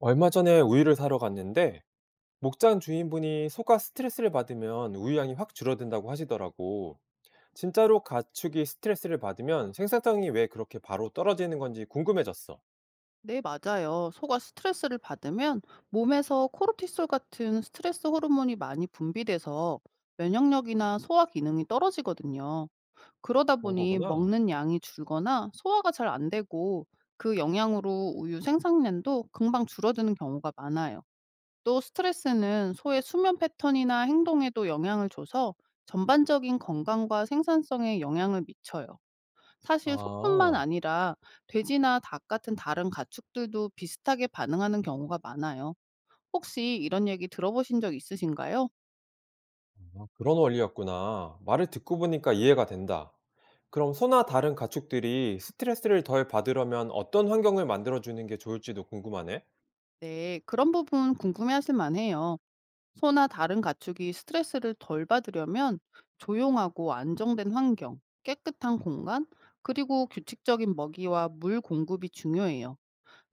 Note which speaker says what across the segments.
Speaker 1: 얼마 전에 우유를 사러 갔는데 목장 주인분이 소가 스트레스를 받으면 우유 양이 확 줄어든다고 하시더라고. 진짜로 가축이 스트레스를 받으면 생산성이 왜 그렇게 바로 떨어지는 건지 궁금해졌어.
Speaker 2: 네, 맞아요. 소가 스트레스를 받으면 몸에서 코르티솔 같은 스트레스 호르몬이 많이 분비돼서 면역력이나 소화 기능이 떨어지거든요. 그러다
Speaker 1: 그런
Speaker 2: 보니
Speaker 1: 거구나.
Speaker 2: 먹는 양이 줄거나 소화가 잘 안 되고 그 영향으로 우유 생산량도 금방 줄어드는 경우가 많아요. 또 스트레스는 소의 수면 패턴이나 행동에도 영향을 줘서 전반적인 건강과 생산성에 영향을 미쳐요. 사실 소뿐만
Speaker 1: 아,
Speaker 2: 아니라 돼지나 닭 같은 다른 가축들도 비슷하게 반응하는 경우가 많아요. 혹시 이런 얘기 들어보신 적 있으신가요?
Speaker 1: 아, 그런 원리였구나. 말을 듣고 보니까 이해가 된다. 그럼 소나 다른 가축들이 스트레스를 덜 받으려면 어떤 환경을 만들어주는 게 좋을지도 궁금하네.
Speaker 2: 네, 그런 부분 궁금해하실 만해요. 소나 다른 가축이 스트레스를 덜 받으려면 조용하고 안정된 환경, 깨끗한 공간, 그리고 규칙적인 먹이와 물 공급이 중요해요.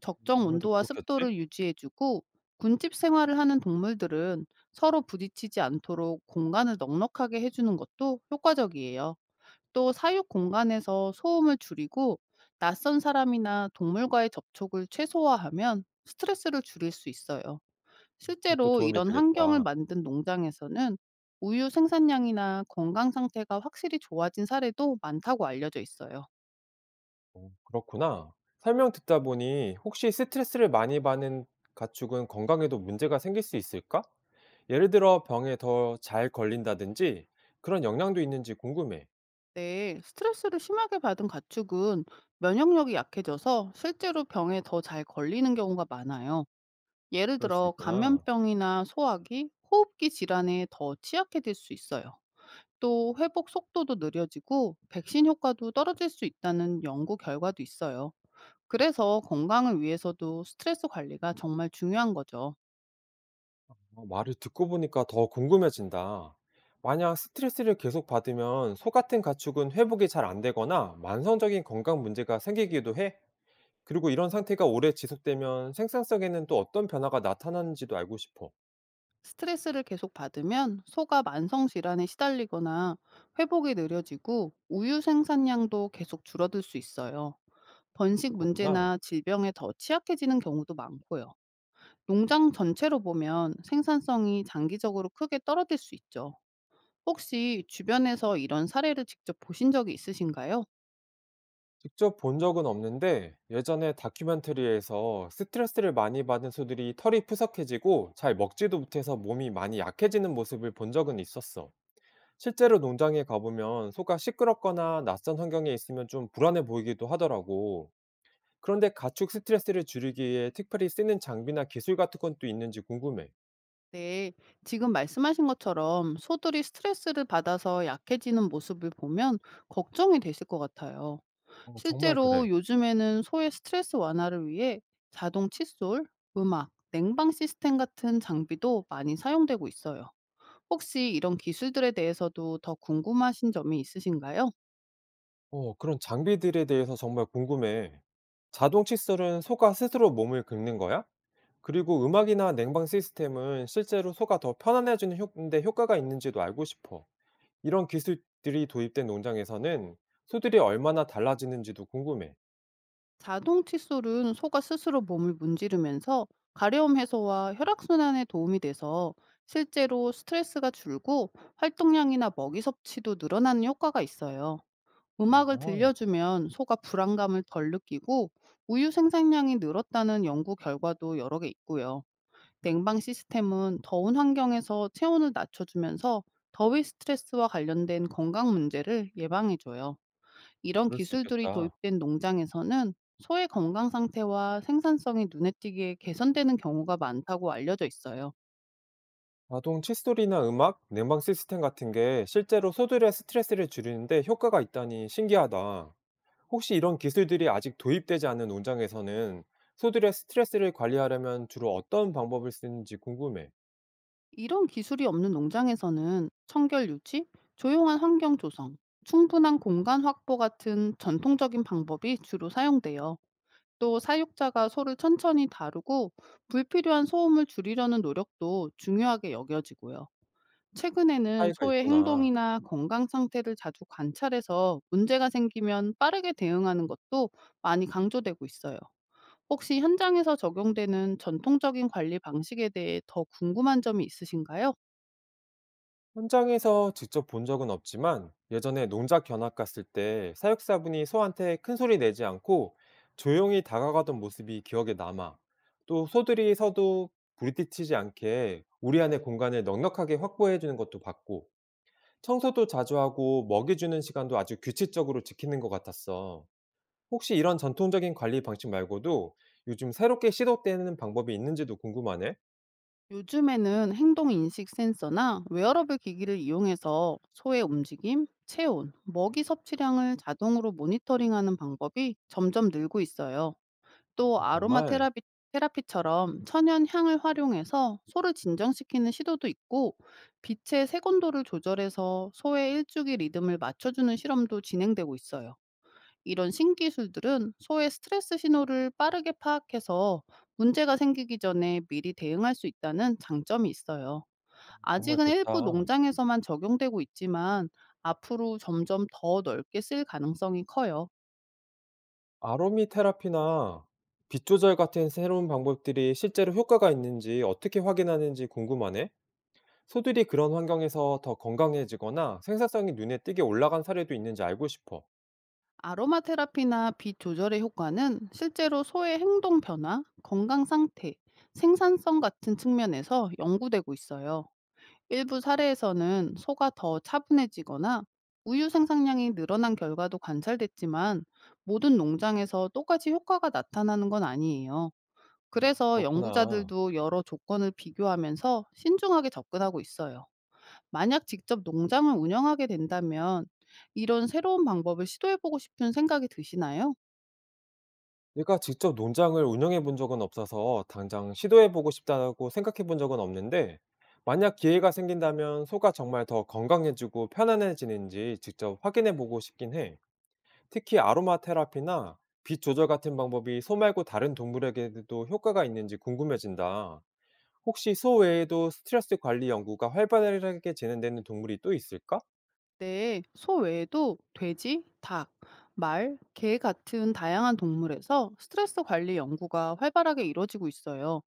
Speaker 2: 적정
Speaker 1: 아무래도
Speaker 2: 온도와
Speaker 1: 그렇겠지?
Speaker 2: 습도를 유지해주고 군집 생활을 하는 동물들은 서로 부딪히지 않도록 공간을 넉넉하게 해주는 것도 효과적이에요. 또 사육 공간에서 소음을 줄이고 낯선 사람이나 동물과의 접촉을 최소화하면 스트레스를 줄일 수 있어요.
Speaker 1: 그것도
Speaker 2: 실제로
Speaker 1: 도움이
Speaker 2: 이런 환경을
Speaker 1: 되겠다.
Speaker 2: 만든 농장에서는 우유 생산량이나 건강 상태가 확실히 좋아진 사례도 많다고 알려져 있어요.
Speaker 1: 어 그렇구나. 설명 듣다 보니 혹시 스트레스를 많이 받는 가축은 건강에도 문제가 생길 수 있을까? 예를 들어 병에 더 잘 걸린다든지 그런 영향도 있는지 궁금해.
Speaker 2: 네, 스트레스를 심하게 받은 가축은 면역력이 약해져서 실제로 병에 더 잘 걸리는 경우가 많아요. 예를
Speaker 1: 그럴 수
Speaker 2: 들어
Speaker 1: 있구나.
Speaker 2: 감면병이나 소화기, 호흡기 질환에 더 취약해질 수 있어요. 또 회복 속도도 느려지고 백신 효과도 떨어질 수 있다는 연구 결과도 있어요. 그래서 건강을 위해서도 스트레스 관리가 정말 중요한 거죠.
Speaker 1: 어, 말을 듣고 보니까 더 궁금해진다. 만약 스트레스를 계속 받으면 소 같은 가축은 회복이 잘 안 되거나 만성적인 건강 문제가 생기기도 해. 그리고 이런 상태가 오래 지속되면 생산성에는 또 어떤 변화가 나타나는지도 알고 싶어.
Speaker 2: 스트레스를 계속 받으면 소가 만성 질환에 시달리거나 회복이 느려지고 우유 생산량도 계속 줄어들 수 있어요. 번식
Speaker 1: 그렇구나.
Speaker 2: 문제나 질병에 더 취약해지는 경우도 많고요. 농장 전체로 보면 생산성이 장기적으로 크게 떨어질 수 있죠. 혹시 주변에서 이런 사례를 직접 보신 적이 있으신가요?
Speaker 1: 직접 본 적은 없는데 예전에 다큐멘터리에서 스트레스를 많이 받은 소들이 털이 푸석해지고 잘 먹지도 못해서 몸이 많이 약해지는 모습을 본 적은 있었어. 실제로 농장에 가보면 소가 시끄럽거나 낯선 환경에 있으면 좀 불안해 보이기도 하더라고. 그런데 가축 스트레스를 줄이기 위해 특별히 쓰는 장비나 기술 같은 건 또 있는지 궁금해.
Speaker 2: 네, 지금 말씀하신 것처럼 소들이 스트레스를 받아서 약해지는 모습을 보면 걱정이 되실 것 같아요.
Speaker 1: 어, 정말
Speaker 2: 실제로
Speaker 1: 그래.
Speaker 2: 요즘에는 소의 스트레스 완화를 위해 자동 칫솔, 음악, 냉방 시스템 같은 장비도 많이 사용되고 있어요. 혹시 이런 기술들에 대해서도 더 궁금하신 점이 있으신가요?
Speaker 1: 어, 그런 장비들에 대해서 정말 궁금해. 자동 칫솔은 소가 스스로 몸을 긁는 거야? 그리고 음악이나 냉방 시스템은 실제로 소가 더 편안해지는 효- 데 효과가 있는지도 알고 싶어. 이런 기술들이 도입된 농장에서는 소들이 얼마나 달라지는지도 궁금해.
Speaker 2: 자동 칫솔은 소가 스스로 몸을 문지르면서 가려움 해소와 혈액순환에 도움이 돼서 실제로 스트레스가 줄고 활동량이나 먹이 섭취도 늘어나는 효과가 있어요. 음악을
Speaker 1: 아,
Speaker 2: 들려주면 소가 불안감을 덜 느끼고 우유 생산량이 늘었다는 연구 결과도 여러 개 있고요. 냉방 시스템은 더운 환경에서 체온을 낮춰주면서 더위 스트레스와 관련된 건강 문제를 예방해줘요. 이런
Speaker 1: 그럴 수
Speaker 2: 기술들이
Speaker 1: 있겠다.
Speaker 2: 도입된 농장에서는 소의 건강 상태와 생산성이 눈에 띄게 개선되는 경우가 많다고 알려져 있어요.
Speaker 1: 자동 칫솔이나 음악, 냉방 시스템 같은 게 실제로 소들의 스트레스를 줄이는데 효과가 있다니 신기하다. 혹시 이런 기술들이 아직 도입되지 않은 농장에서는 소들의 스트레스를 관리하려면 주로 어떤 방법을 쓰는지 궁금해.
Speaker 2: 이런 기술이 없는 농장에서는 청결 유지, 조용한 환경 조성, 충분한 공간 확보 같은 전통적인 방법이 주로 사용돼요. 또 사육자가 소를 천천히 다루고 불필요한 소음을 줄이려는 노력도 중요하게 여겨지고요. 최근에는
Speaker 1: 차이가
Speaker 2: 소의
Speaker 1: 있구나.
Speaker 2: 행동이나 건강 상태를 자주 관찰해서 문제가 생기면 빠르게 대응하는 것도 많이 강조되고 있어요. 혹시 현장에서 적용되는 전통적인 관리 방식에 대해 더 궁금한 점이 있으신가요?
Speaker 1: 현장에서 직접 본 적은 없지만 예전에 농작 견학 갔을 때 사육사분이 소한테 큰 소리 내지 않고 조용히 다가가던 모습이 기억에 남아. 또 소들이 서도 부딪히지 않게 우리 안의 공간을 넉넉하게 확보해 주는 것도 봤고 청소도 자주 하고 먹이 주는 시간도 아주 규칙적으로 지키는 것 같았어. 혹시 이런 전통적인 관리 방식 말고도 요즘 새롭게 시도되는 방법이 있는지도 궁금하네.
Speaker 2: 요즘에는 행동 인식 센서나 웨어러블 기기를 이용해서 소의 움직임, 체온, 먹이 섭취량을 자동으로 모니터링하는 방법이 점점 늘고 있어요. 또 아로마
Speaker 1: 정말
Speaker 2: 테라피처럼 천연 향을 활용해서 소를 진정시키는 시도도 있고 빛의 색온도를 조절해서 소의 일주기 리듬을 맞춰주는 실험도 진행되고 있어요. 이런 신기술들은 소의 스트레스 신호를 빠르게 파악해서 문제가 생기기 전에 미리 대응할 수 있다는 장점이 있어요.
Speaker 1: 정말
Speaker 2: 아직은 일부
Speaker 1: 좋다.
Speaker 2: 농장에서만 적용되고 있지만 앞으로 점점 더 넓게 쓸 가능성이 커요.
Speaker 1: 아로미 테라피나 빛 조절 같은 새로운 방법들이 실제로 효과가 있는지 어떻게 확인하는지 궁금하네. 소들이 그런 환경에서 더 건강해지거나 생산성이 눈에 띄게 올라간 사례도 있는지 알고 싶어.
Speaker 2: 아로마 테라피나 빛 조절의 효과는 실제로 소의 행동 변화, 건강 상태, 생산성 같은 측면에서 연구되고 있어요. 일부 사례에서는 소가 더 차분해지거나 우유 생산량이 늘어난 결과도 관찰됐지만 모든 농장에서 똑같이 효과가 나타나는 건 아니에요. 그래서
Speaker 1: 그렇구나.
Speaker 2: 연구자들도 여러 조건을 비교하면서 신중하게 접근하고 있어요. 만약 직접 농장을 운영하게 된다면 이런 새로운 방법을 시도해보고 싶은 생각이 드시나요?
Speaker 1: 내가 직접 농장을 운영해 본 적은 없어서 당장 시도해 보고 싶다고 생각해 본 적은 없는데, 만약 기회가 생긴다면 소가 정말 더 건강해지고 편안해지는지 직접 확인해 보고 싶긴 해. 특히 아로마 테라피나 빛 조절 같은 방법이 소 말고 다른 동물에게도 효과가 있는지 궁금해진다. 혹시 소 외에도 스트레스 관리 연구가 활발하게 진행되는 동물이 또 있을까?
Speaker 2: 네, 소 외에도 돼지, 닭, 말, 개 같은 다양한 동물에서 스트레스 관리 연구가 활발하게 이뤄지고 있어요.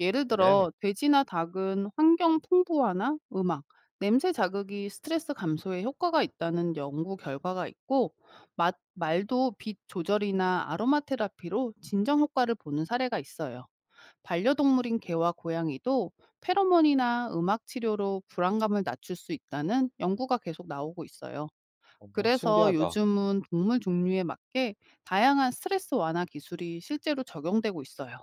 Speaker 2: 예를
Speaker 1: 그래.
Speaker 2: 들어 돼지나 닭은 환경 풍부화나 음악, 냄새 자극이 스트레스 감소에 효과가 있다는 연구 결과가 있고 맛, 말도 빛 조절이나 아로마 테라피로 진정 효과를 보는 사례가 있어요. 반려동물인 개와 고양이도 페로몬이나 음악 치료로 불안감을 낮출 수 있다는 연구가 계속 나오고 있어요.
Speaker 1: 어,
Speaker 2: 그래서
Speaker 1: 신기하다.
Speaker 2: 요즘은 동물 종류에 맞게 다양한 스트레스 완화 기술이 실제로 적용되고 있어요.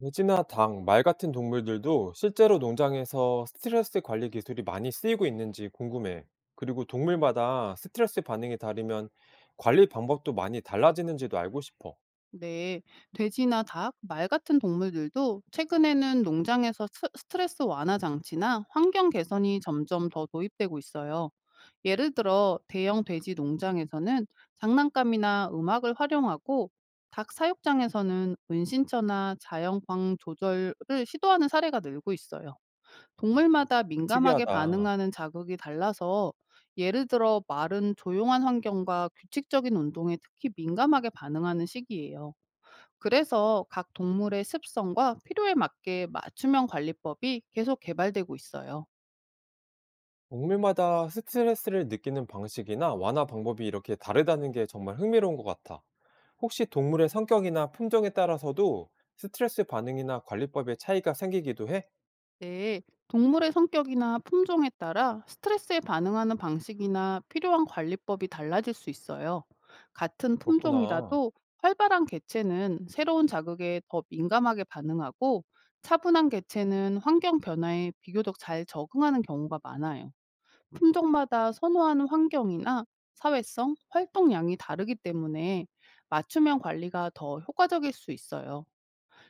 Speaker 1: 돼지나 닭, 말 같은 동물들도 실제로 농장에서 스트레스 관리 기술이 많이 쓰이고 있는지 궁금해. 그리고 동물마다 스트레스 반응이 다르면 관리 방법도 많이 달라지는지도 알고 싶어.
Speaker 2: 네, 돼지나 닭, 말 같은 동물들도 최근에는 농장에서 스트레스 완화 장치나 환경 개선이 점점 더 도입되고 있어요. 예를 들어, 대형 돼지 농장에서는 장난감이나 음악을 활용하고, 닭 사육장에서는 은신처나 자연광 조절을 시도하는 사례가 늘고 있어요. 동물마다 민감하게
Speaker 1: 특이하다.
Speaker 2: 반응하는 자극이 달라서, 예를 들어, 말은 조용한 환경과 규칙적인 운동에 특히 민감하게 반응하는 시기예요. 그래서 각 동물의 습성과 필요에 맞게 맞춤형 관리법이 계속 개발되고 있어요.
Speaker 1: 동물마다 스트레스를 느끼는 방식이나 완화 방법이 이렇게 다르다는 게 정말 흥미로운 것 같아. 혹시 동물의 성격이나 품종에 따라서도 스트레스 반응이나 관리법의 차이가 생기기도 해?
Speaker 2: 네, 동물의 성격이나 품종에 따라 스트레스에 반응하는 방식이나 필요한 관리법이 달라질 수 있어요. 같은
Speaker 1: 그렇구나.
Speaker 2: 품종이라도 활발한 개체는 새로운 자극에 더 민감하게 반응하고 차분한 개체는 환경 변화에 비교적 잘 적응하는 경우가 많아요. 품종마다 선호하는 환경이나 사회성, 활동량이 다르기 때문에 맞춤형 관리가 더 효과적일 수 있어요.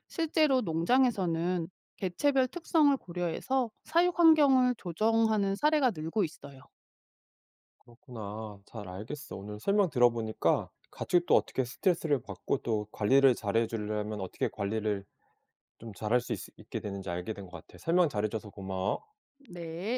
Speaker 2: 실제로 농장에서는 개체별 특성을 고려해서 사육 환경을 조정하는 사례가 늘고 있어요.
Speaker 1: 그렇구나. 잘 알겠어. 오늘 설명 들어보니까 가축도 어떻게 스트레스를 받고 또 관리를 잘해주려면 어떻게 관리를 좀 잘할 수 있게 되는지 알게 된 것 같아. 설명 잘해줘서 고마워.
Speaker 2: 네.